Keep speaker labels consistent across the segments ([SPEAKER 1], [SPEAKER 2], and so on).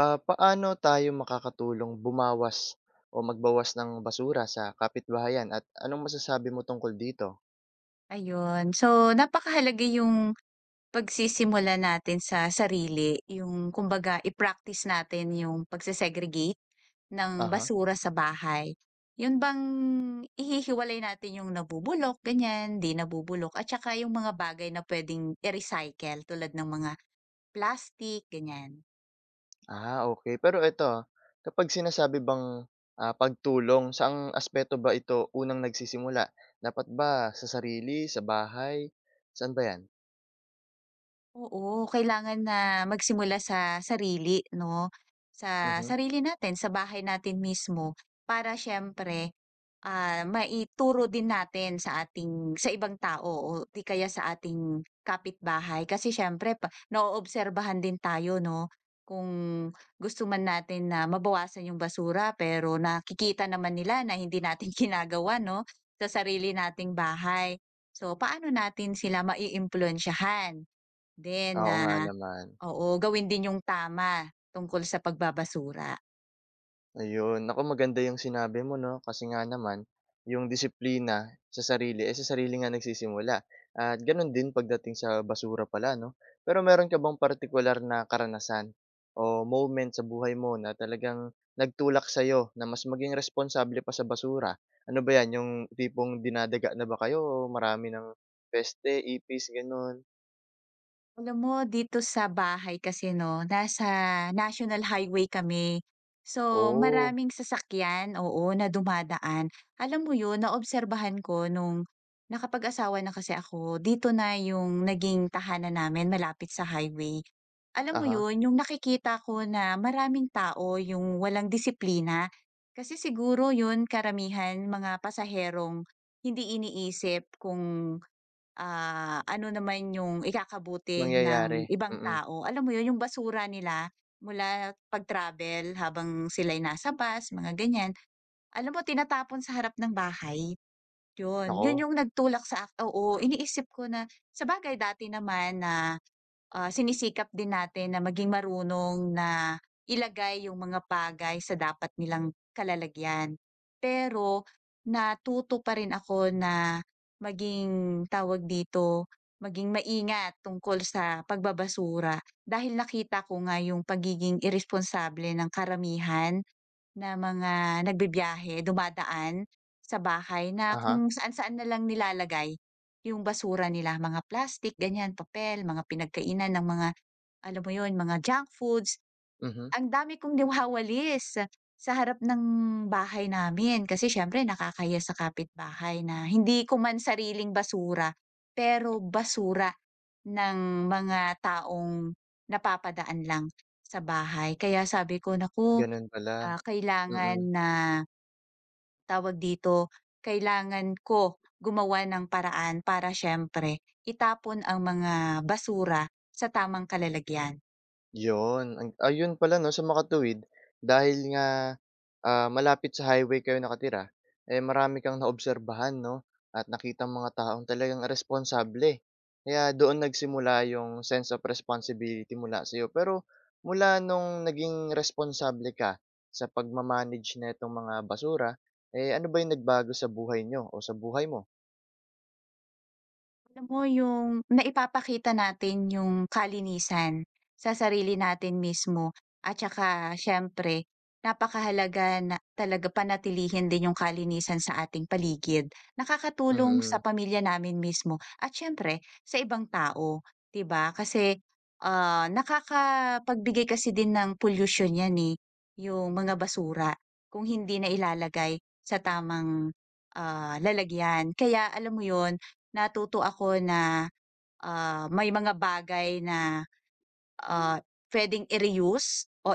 [SPEAKER 1] Ah, paano tayo makakatulong bumawas o magbawas ng basura sa kapitbahayan at anong masasabi mo tungkol dito?
[SPEAKER 2] Ayun. So, napakahalaga yung pagsisimula natin sa sarili, yung kumbaga i-practice natin yung pagse ng
[SPEAKER 1] Aha.
[SPEAKER 2] basura sa bahay. Yun bang ihihiwalay natin yung nabubulok, ganyan, di nabubulok, at saka yung mga bagay na pwedeng i-recycle tulad ng mga plastic, ganyan.
[SPEAKER 1] Ah, okay. Pero ito, kapag sinasabi bang, pagtulong, saang aspeto ba ito unang nagsisimula? Dapat ba sa sarili, sa bahay, saan ba 'yan?
[SPEAKER 2] Oo, kailangan na magsimula sa sarili, no? Sa
[SPEAKER 1] Mhm.
[SPEAKER 2] sarili natin, sa bahay natin mismo para syempre, maituro din natin sa ating sa ibang tao o di kaya sa ating kapitbahay kasi siyempre pa naoobserbahan din tayo 'no, kung gusto man natin na mabawasan yung basura pero nakikita naman nila na hindi natin ginagawa 'no, sa sarili nating bahay. So, paano natin sila maiimpluwensyahan din
[SPEAKER 1] Oo
[SPEAKER 2] na,
[SPEAKER 1] nga naman.
[SPEAKER 2] oo, gawin din yung tama tungkol sa pagbabasura?
[SPEAKER 1] Ayun, naku, maganda yung sinabi mo 'no, kasi nga naman yung disiplina sa sarili, eh, sa sarili nga nagsisimula at gano'n din pagdating sa basura pala 'no. Pero meron ka bang partikular na karanasan o moment sa buhay mo na talagang nagtulak sa'yo na mas maging responsable pa sa basura? Ano ba 'yan, yung tipong dinadaga na ba kayo o marami ng peste, ipis, gano'n?
[SPEAKER 2] Alam mo dito sa bahay kasi 'no, nasa national highway kami. So,
[SPEAKER 1] Oh,
[SPEAKER 2] maraming sasakyan, oo, na dumadaan. Alam mo 'yun, naobserbahan ko nung nakapag-asawa na kasi ako, dito na 'yung naging tahanan namin malapit sa highway. Alam mo
[SPEAKER 1] aha,
[SPEAKER 2] 'yun, 'yung nakikita ko na maraming tao 'yung walang disiplina. Kasi siguro 'yun karamihan mga pasaherong hindi iniisip kung, ano naman yung ikakabuti
[SPEAKER 1] nangyayari,
[SPEAKER 2] ng ibang
[SPEAKER 1] mm.
[SPEAKER 2] tao. Alam mo yun, yung basura nila mula pag-travel habang sila'y nasa bus, mga ganyan. Alam mo, tinatapon sa harap ng bahay. Yun, yun
[SPEAKER 1] Naku,
[SPEAKER 2] yung nagtulak sa ak oo, iniisip ko na sa bagay dati naman na sinisikap din natin na maging marunong na ilagay yung mga bagay sa dapat nilang kalalagyan. Pero natuto pa rin ako na maging, tawag dito, maging maingat tungkol sa pagbabasura dahil nakita ko nga yung pagiging iresponsable ng karamihan na mga nagbibiyahe, dumadaan sa bahay na
[SPEAKER 1] aha,
[SPEAKER 2] kung saan-saan na lang nilalagay yung basura nila, mga plastic, ganyan, papel, mga pinagkainan ng mga, alam mo yun, mga junk foods.
[SPEAKER 1] mhm,
[SPEAKER 2] Ang dami kong nawawalis sa harap ng bahay namin kasi siyempre nakakaya sa kapitbahay na hindi ko man sariling basura, pero basura ng mga taong napapadaan lang sa bahay. Kaya sabi ko, "Naku,
[SPEAKER 1] gano'n pala,
[SPEAKER 2] Kailangan
[SPEAKER 1] mm.
[SPEAKER 2] na, tawag dito, kailangan ko gumawa ng paraan para siyempre itapon ang mga basura sa tamang kalalagyan."
[SPEAKER 1] Yun, ang ayun pala 'no, sa makatuwid dahil nga, malapit sa highway kayo nakatira, eh, marami kang naobserbahan 'no, at nakita mga taong talagang responsable. Kaya doon nagsimula yung sense of responsibility mula sa iyo. Pero mula nung naging responsable ka sa pagma na nitong mga basura, eh, ano ba yung nagbago sa buhay niyo o sa buhay mo?
[SPEAKER 2] Alam mo yung naipapakita natin yung kalinisan sa sarili natin mismo at saka siyempre napakahalaga na talaga panatilihin din yung kalinisan sa ating paligid. Nakakatulong sa
[SPEAKER 1] Mm.
[SPEAKER 2] pamilya namin mismo at siyempre sa ibang tao, 'di ba? Kasi, nakakapagbigay kasi din ng pollution 'yan, eh, yung mga basura kung hindi na ilalagay sa tamang, lalagyan. Kaya alam mo yon, natuto ako na, may mga bagay na Ah, puwedeng i-reuse o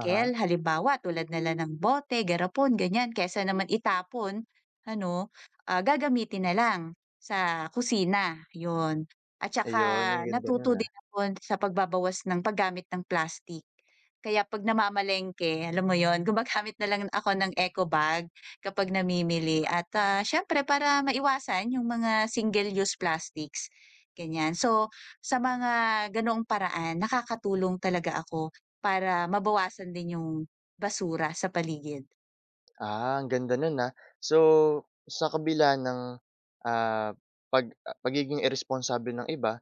[SPEAKER 1] Aha,
[SPEAKER 2] halimbawa tulad na ng bote, garapon, ganyan, kaysa naman itapon, ano, gagamitin na lang sa kusina, 'yun. At saka
[SPEAKER 1] ayun ang ganda nun,
[SPEAKER 2] natuto
[SPEAKER 1] ah.
[SPEAKER 2] din ako sa pagbabawas ng paggamit ng plastic. Kaya 'pag namamalengke, alam mo yon, gumagamit na lang ako ng eco bag kapag namimili at, siyempre para maiwasan yung mga single-use plastics, ganyan. So sa mga ganoong paraan nakakatulong talaga ako para mabawasan din yung basura sa paligid.
[SPEAKER 1] Ah, ang ganda nun, ah. So, sa kabila ng, ah, pagiging irresponsible ng iba,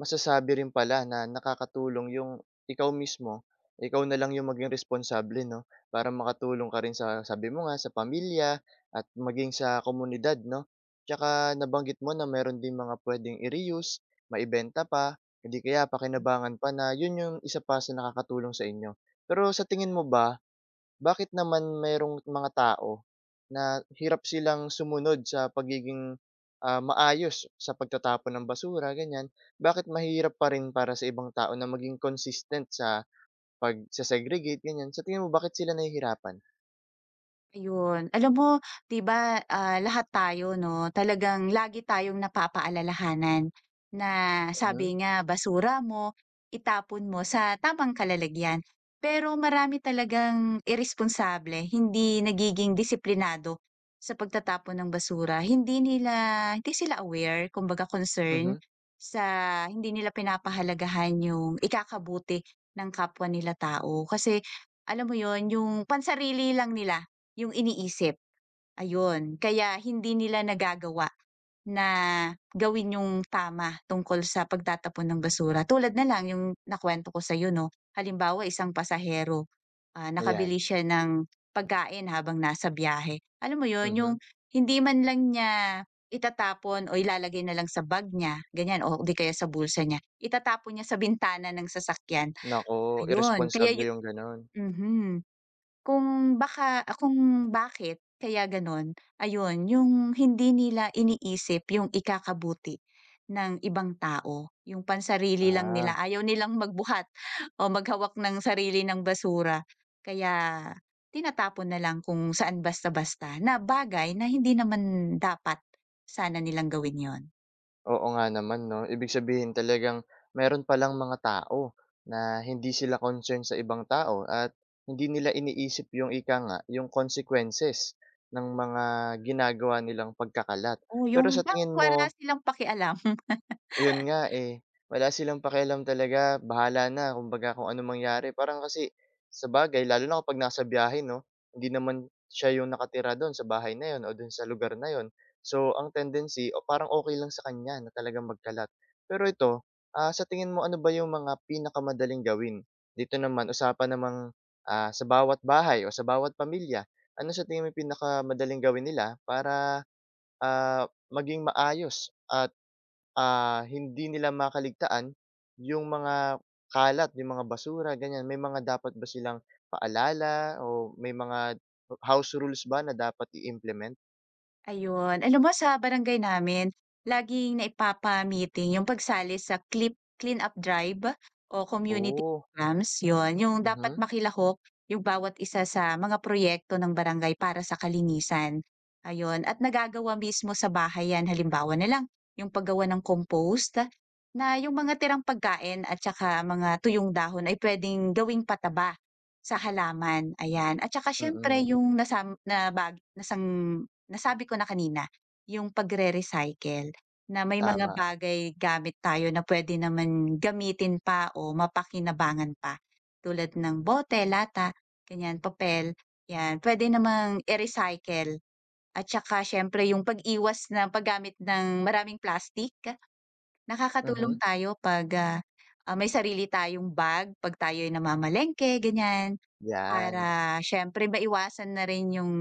[SPEAKER 1] masasabi rin pala na nakakatulong yung ikaw mismo, ikaw na lang yung maging responsable 'no, para makatulong ka rin sa sabi mo nga, sa pamilya at maging sa komunidad 'no. Tsaka nabanggit mo na meron din mga puwedeng i-reuse, maibenta pa, o di kaya pakinabangan pa na yun yung isa pa sa nakakatulong sa inyo. Pero sa tingin mo ba bakit naman mayroong mga tao na hirap silang sumunod sa pagiging, maayos sa pagtatapon ng basura, ganyan? Bakit mahirap pa rin para sa ibang tao na maging consistent sa pagse-segregate, ganyan? Sa tingin mo bakit sila nahihirapan?
[SPEAKER 2] Ayun. Alam mo, 'di ba, lahat tayo 'no, talagang lagi tayong napapaalalahanan na
[SPEAKER 1] Mhm,
[SPEAKER 2] sabi nga basura mo, itapon mo sa tamang kalalagyan. Pero marami talagang iresponsable, hindi nagiging disiplinado sa pagtatapon ng basura. Hindi sila aware, kumbaga concern
[SPEAKER 1] mhm,
[SPEAKER 2] sa hindi nila pinapahalagahan yung ikakabuti ng kapwa nila tao. Kasi alam mo yon yung pansarili lang nila yung iniisip, ayun. Kaya hindi nila nagagawa na gawin yung tama tungkol sa pagtatapon ng basura. Tulad na lang yung nakwento ko sa'yo 'no, halimbawa isang pasahero,
[SPEAKER 1] ayan,
[SPEAKER 2] nakabili siya ng pagkain habang nasa biyahe. Alam mo yun, yung
[SPEAKER 1] mhm.
[SPEAKER 2] hindi man lang niya itatapon o ilalagay na lang sa bag niya, ganyan, o di kaya sa bulsa niya, itatapon niya sa bintana ng sasakyan,
[SPEAKER 1] Naku,
[SPEAKER 2] ayun. Kaya
[SPEAKER 1] iresponsable
[SPEAKER 2] yu
[SPEAKER 1] yung gano'n.
[SPEAKER 2] Mhm. Kung bakit kaya gano'n, ayun yung hindi nila iniisip yung ikakabuti ng ibang tao, yung pansarili lang nila.
[SPEAKER 1] Ah.
[SPEAKER 2] Ayaw nilang magbuhat o maghawak ng sarili ng basura, kaya tinatapon na lang kung saan basta-basta na bagay na hindi naman dapat sana nilang gawin 'yon.
[SPEAKER 1] Oo nga naman 'no, ibig sabihin talagang meron palang mga tao na hindi sila concern sa ibang tao at hindi nila iniisip yung ika nga, yung consequences ng mga ginagawa nilang pagkakalat.
[SPEAKER 2] Oo,
[SPEAKER 1] Pero
[SPEAKER 2] yung
[SPEAKER 1] sa
[SPEAKER 2] bang
[SPEAKER 1] tingin mo
[SPEAKER 2] wala silang pakialam.
[SPEAKER 1] yun nga, eh, wala silang pakialam talaga, bahala na kumbaga kung anong mangyari. Parang kasi sa sabagay lalo na kapag nasa biyahe 'no, hindi naman siya yung nakatira dun sa bahay na yun o dun sa lugar na yun. So, ang tendency o parang okey lang sa kanya na talagang magkalat. Pero ito, sa tingin mo ano ba yung mga pinakamadaling gawin? Dito naman usapan namang, sa bawat bahay o sa bawat pamilya, ano sa tingin mo yung pinakamadaling gawin nila para maging maayos at, hindi nila makaligtaan yung mga kalat, yung mga basura, ganyan. May mga dapat ba silang paalala o may mga house rules ba na dapat i-implement?
[SPEAKER 2] Ayun, alam mo sa barangay namin, laging naipapa-meeting yung pagsali sa clean-up drive o community
[SPEAKER 1] Oh,
[SPEAKER 2] programs, yun. Yung dapat
[SPEAKER 1] mhm,
[SPEAKER 2] makilahok yung bawat isa sa mga proyekto ng barangay para sa kalinisan, ayun. At nagagawa mismo sa bahay yan, halimbawa na lang yung paggawa ng compost na yung mga tirang pagkain at tsaka mga tuyong dahon ay puwedeng gawing pataba sa halaman, ayan. At tsaka siyempre
[SPEAKER 1] mm.
[SPEAKER 2] yung nasam na bag nasang nasabi ko na kanina, yung pagre-recycle na may mga
[SPEAKER 1] Tama,
[SPEAKER 2] bagay gamit tayo na pwede naman gamitin pa o mapakinabangan pa. Tulad ng bote, lata, ganyan, papel, 'yan, pwede namang i-recycle at saka siyempre yung pag-iwas ng paggamit ng maraming plastic. Nakakatulong
[SPEAKER 1] mhm,
[SPEAKER 2] Tayo 'pag, may sarili tayong bag, 'pag tayo'y namamalengke, ganyan.
[SPEAKER 1] 'yan,
[SPEAKER 2] Para siyempre maiwasan na rin yung,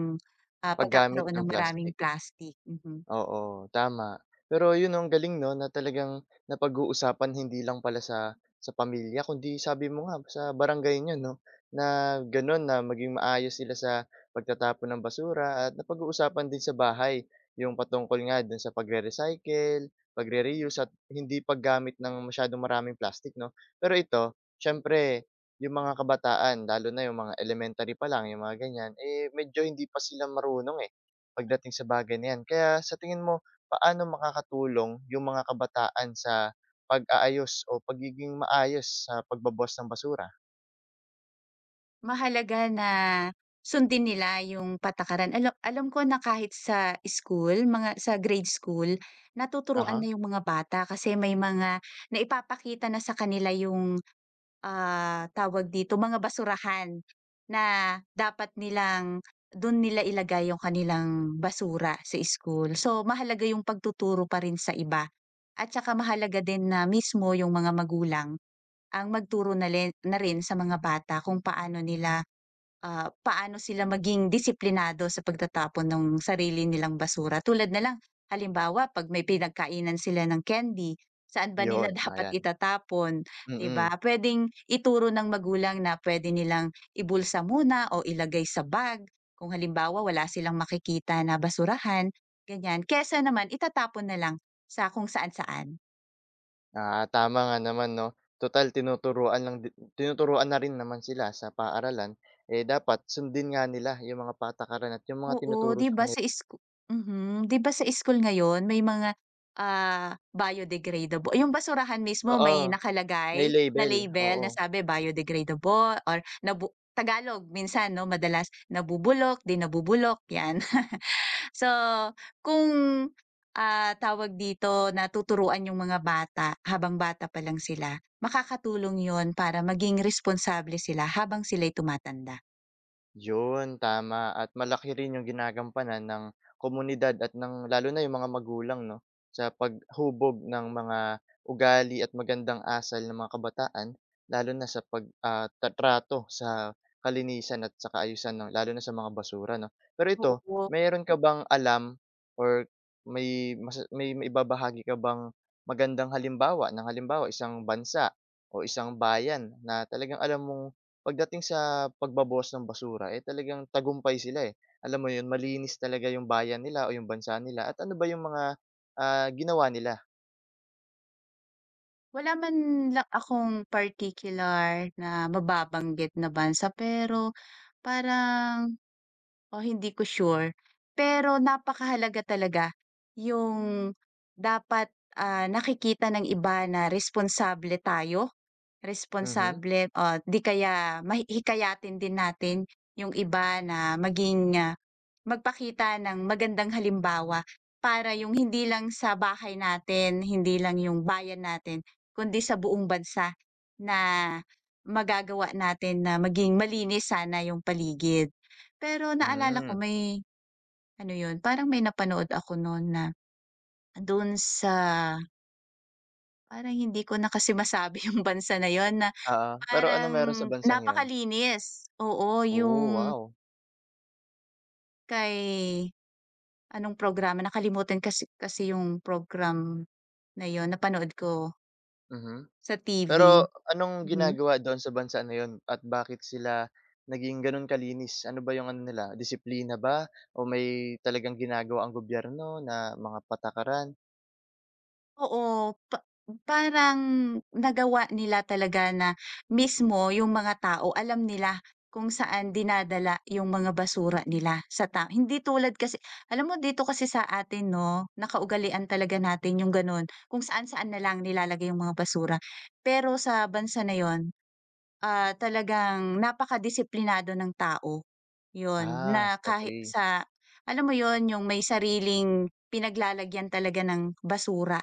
[SPEAKER 1] paggamit
[SPEAKER 2] pagkakaroon
[SPEAKER 1] ng
[SPEAKER 2] ng maraming
[SPEAKER 1] plastic.
[SPEAKER 2] plastic. Mhm.
[SPEAKER 1] Oo, tama. Pero yun 'no, ang galing 'no, na talagang napag-uusapan hindi lang pala sa pamilya kundi sabi mo nga sa barangay niyo 'no, na gano'n na maging maayos sila sa pagtatapon ng basura at napag-uusapan din sa bahay yung patungkol nga dun sa pagre-recycle, pagre-reuse at hindi paggamit ng masyadong maraming plastic 'no. Pero ito, siyempre yung mga kabataan lalo na yung mga elementary pa lang, yung mga ganyan, eh, medyo hindi pa sila marunong, eh, pagdating sa bagay na 'yan. Kaya sa tingin mo, paano makakatulong yung mga kabataan sa pag-aayos o pagiging maayos sa pagbabawas ng basura?
[SPEAKER 2] Mahalaga na sundin nila yung patakaran. Alam ko na kahit sa school, mga sa grade school, natuturuan
[SPEAKER 1] Aha,
[SPEAKER 2] na yung mga bata kasi may mga naipapakita na sa kanila yung tawag dito, mga basurahan na dapat nilang dun nila ilagay yung kanilang basura sa school. So, mahalaga yung pagtuturo pa rin sa iba at saka mahalaga din na mismo yung mga magulang ang magturo na len na rin sa mga bata kung paano nila Ah, paano sila maging disiplinado sa pagtatapon ng sarili nilang basura. Tulad na lang, halimbawa 'pag may pinagkainan sila ng candy, saan ba
[SPEAKER 1] yun,
[SPEAKER 2] nila dapat
[SPEAKER 1] ayan.
[SPEAKER 2] itatapon, 'di ba?
[SPEAKER 1] Mm.
[SPEAKER 2] Puwedeng ituro ng magulang na puwede nilang ibulsa muna o ilagay sa bag, kung halimbawa wala silang makikita na basurahan, ganyan. Kaysa naman itatapon na lang sa kung saan-saan.
[SPEAKER 1] Ah, tama nga naman 'no. Total tinuturuan lang di tinuturuan na rin naman sila sa paaralan, eh, dapat sundin nga nila yung mga patakaran at yung mga
[SPEAKER 2] Oo,
[SPEAKER 1] tinuturo sa kanila.
[SPEAKER 2] 'di ba sa school ngayon may mga, biodegradable yung basurahan mismo
[SPEAKER 1] Oo,
[SPEAKER 2] may
[SPEAKER 1] may
[SPEAKER 2] nakalagay na
[SPEAKER 1] label,
[SPEAKER 2] label
[SPEAKER 1] oo.
[SPEAKER 2] na sabi biodegradable or Tagalog minsan 'no, madalas nabubulok, 'di nabubulok, 'yan. So, kung, tawag dito, natuturuan yung mga bata habang bata pa lang sila, makakatulong yun para maging responsable sila habang sila'y tumatanda.
[SPEAKER 1] Yun, tama at malaki rin yung ginagampanan ng komunidad at ng lalo na yung mga magulang 'no, sa paghubog ng mga ugali at magandang asal ng mga kabataan, lalo na sa pag, ah, ta sa kalinisan at sa kaayusan ng lalo na sa mga basura 'no. Pero ito,
[SPEAKER 2] Oo.
[SPEAKER 1] mayroon ka bang alam or may mas may maibabahagi ka bang magandang halimbawa ng halimbawa isang bansa o isang bayan na talagang alam mong pagdating sa pagbabawas ng basura, eh, talagang tagumpay sila, eh. Alam mo 'yun, malinis talaga 'yung bayan nila o 'yung bansa nila at ano ba 'yung mga, ginawa nila?
[SPEAKER 2] Wala man lang akong partikular na mababanggit na bansa, pero parang, o hindi ko sure. Pero napakahalaga talaga yung dapat, nakikita ng iba na responsable tayo,
[SPEAKER 1] Mhm.
[SPEAKER 2] responsable o di kaya din natin yung iba na maging, magpakita ng magandang halimbawa para yung hindi lang sa bahay natin, hindi lang yung bayan natin, kundi sa buong bansa na magagawa natin na maging malinis sana yung paligid. Pero naalala ko
[SPEAKER 1] Hmm,
[SPEAKER 2] may ano yun, parang may napanood ako no'n na do'n sa, parang hindi ko na kasi masabi yung bansa na yon na
[SPEAKER 1] oo. Pero ano
[SPEAKER 2] parang
[SPEAKER 1] meron sa bansang 'yun?
[SPEAKER 2] napakalinis. Oo,
[SPEAKER 1] Oh,
[SPEAKER 2] yung
[SPEAKER 1] wow.
[SPEAKER 2] kay anong programa nakalimutan kasi kasi yung program na yun napanood ko
[SPEAKER 1] Mhm.
[SPEAKER 2] sa
[SPEAKER 1] Pero
[SPEAKER 2] TV.
[SPEAKER 1] anong
[SPEAKER 2] Mhm.
[SPEAKER 1] ginagawa doon sa bansa na 'yun at bakit sila naging gano'n kalinis? Ano ba 'yung ano nila, disiplina ba o may talagang ginagawa ang gobyerno na mga patakaran?
[SPEAKER 2] Oo, parang nagawa nila talaga na mismo yung mga tao alam nila kung saan dinadala yung mga basura nila sa tao. Hindi tulad kasi alam mo dito kasi sa atin 'no, nakaugalian talaga natin yung gano'n kung saan-saan na lang nilalagay yung mga basura. Pero sa bansa na yun, talagang napakadisiplinado ng tao. Yun,
[SPEAKER 1] Ah,
[SPEAKER 2] na kahit
[SPEAKER 1] okay.
[SPEAKER 2] sa alam mo yon yung may sariling pinaglalagyan talaga ng basura,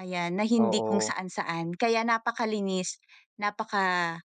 [SPEAKER 2] ayan, na hindi kung
[SPEAKER 1] Oo.
[SPEAKER 2] saan-saan. Kaya napakalinis, napaka-green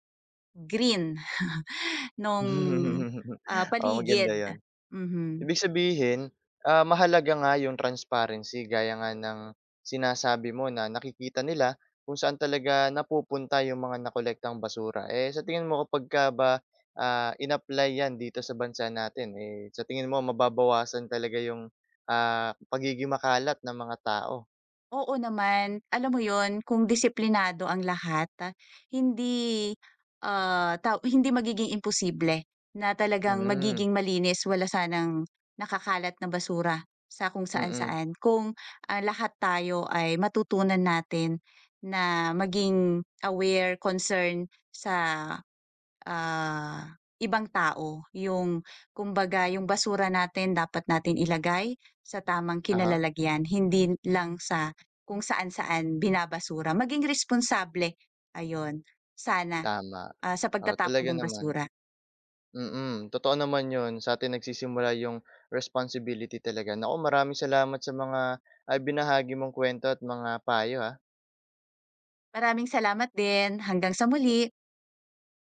[SPEAKER 2] nung,
[SPEAKER 1] Oo, maganda
[SPEAKER 2] paligid.
[SPEAKER 1] 'yun.
[SPEAKER 2] Mhm.
[SPEAKER 1] Ibig sabihin, mahalaga nga yung transparency gaya nga ng sinasabi mo na nakikita nila kung saan talaga napupunta yung mga nakolektang basura. Eh, sa tingin mo kapagka ba, in-apply 'yan dito sa bansa natin, eh, sa tingin mo mababawasan talaga yung, pagiging makalat ng mga tao?
[SPEAKER 2] Oo naman. Alam mo yon kung disiplinado ang lahat, hindi, ah, taw hindi magiging imposible na talagang
[SPEAKER 1] Hmm,
[SPEAKER 2] magiging malinis, wala sanang nakakalat na basura sa kung
[SPEAKER 1] mm.
[SPEAKER 2] saan-saan. Kung, lahat tayo ay matutunan natin na maging aware, concern sa, ah, ibang tao. Yung kumbaga yung basura natin dapat natin ilagay sa tamang
[SPEAKER 1] Aha,
[SPEAKER 2] kinalalagyan, hindi lang sa kung saan-saan binabasura. Maging responsable, ayun, sana,
[SPEAKER 1] tama.
[SPEAKER 2] sa
[SPEAKER 1] Oo,
[SPEAKER 2] pagtatapon
[SPEAKER 1] talaga
[SPEAKER 2] ng
[SPEAKER 1] naman.
[SPEAKER 2] basura.
[SPEAKER 1] Mm, totoo naman 'yun, sa'tin nagsisimula yung responsibility talaga. Naku, maraming salamat sa mga, binahagi mong kwento at mga payo, ha.
[SPEAKER 2] Maraming salamat din, hanggang sa muli.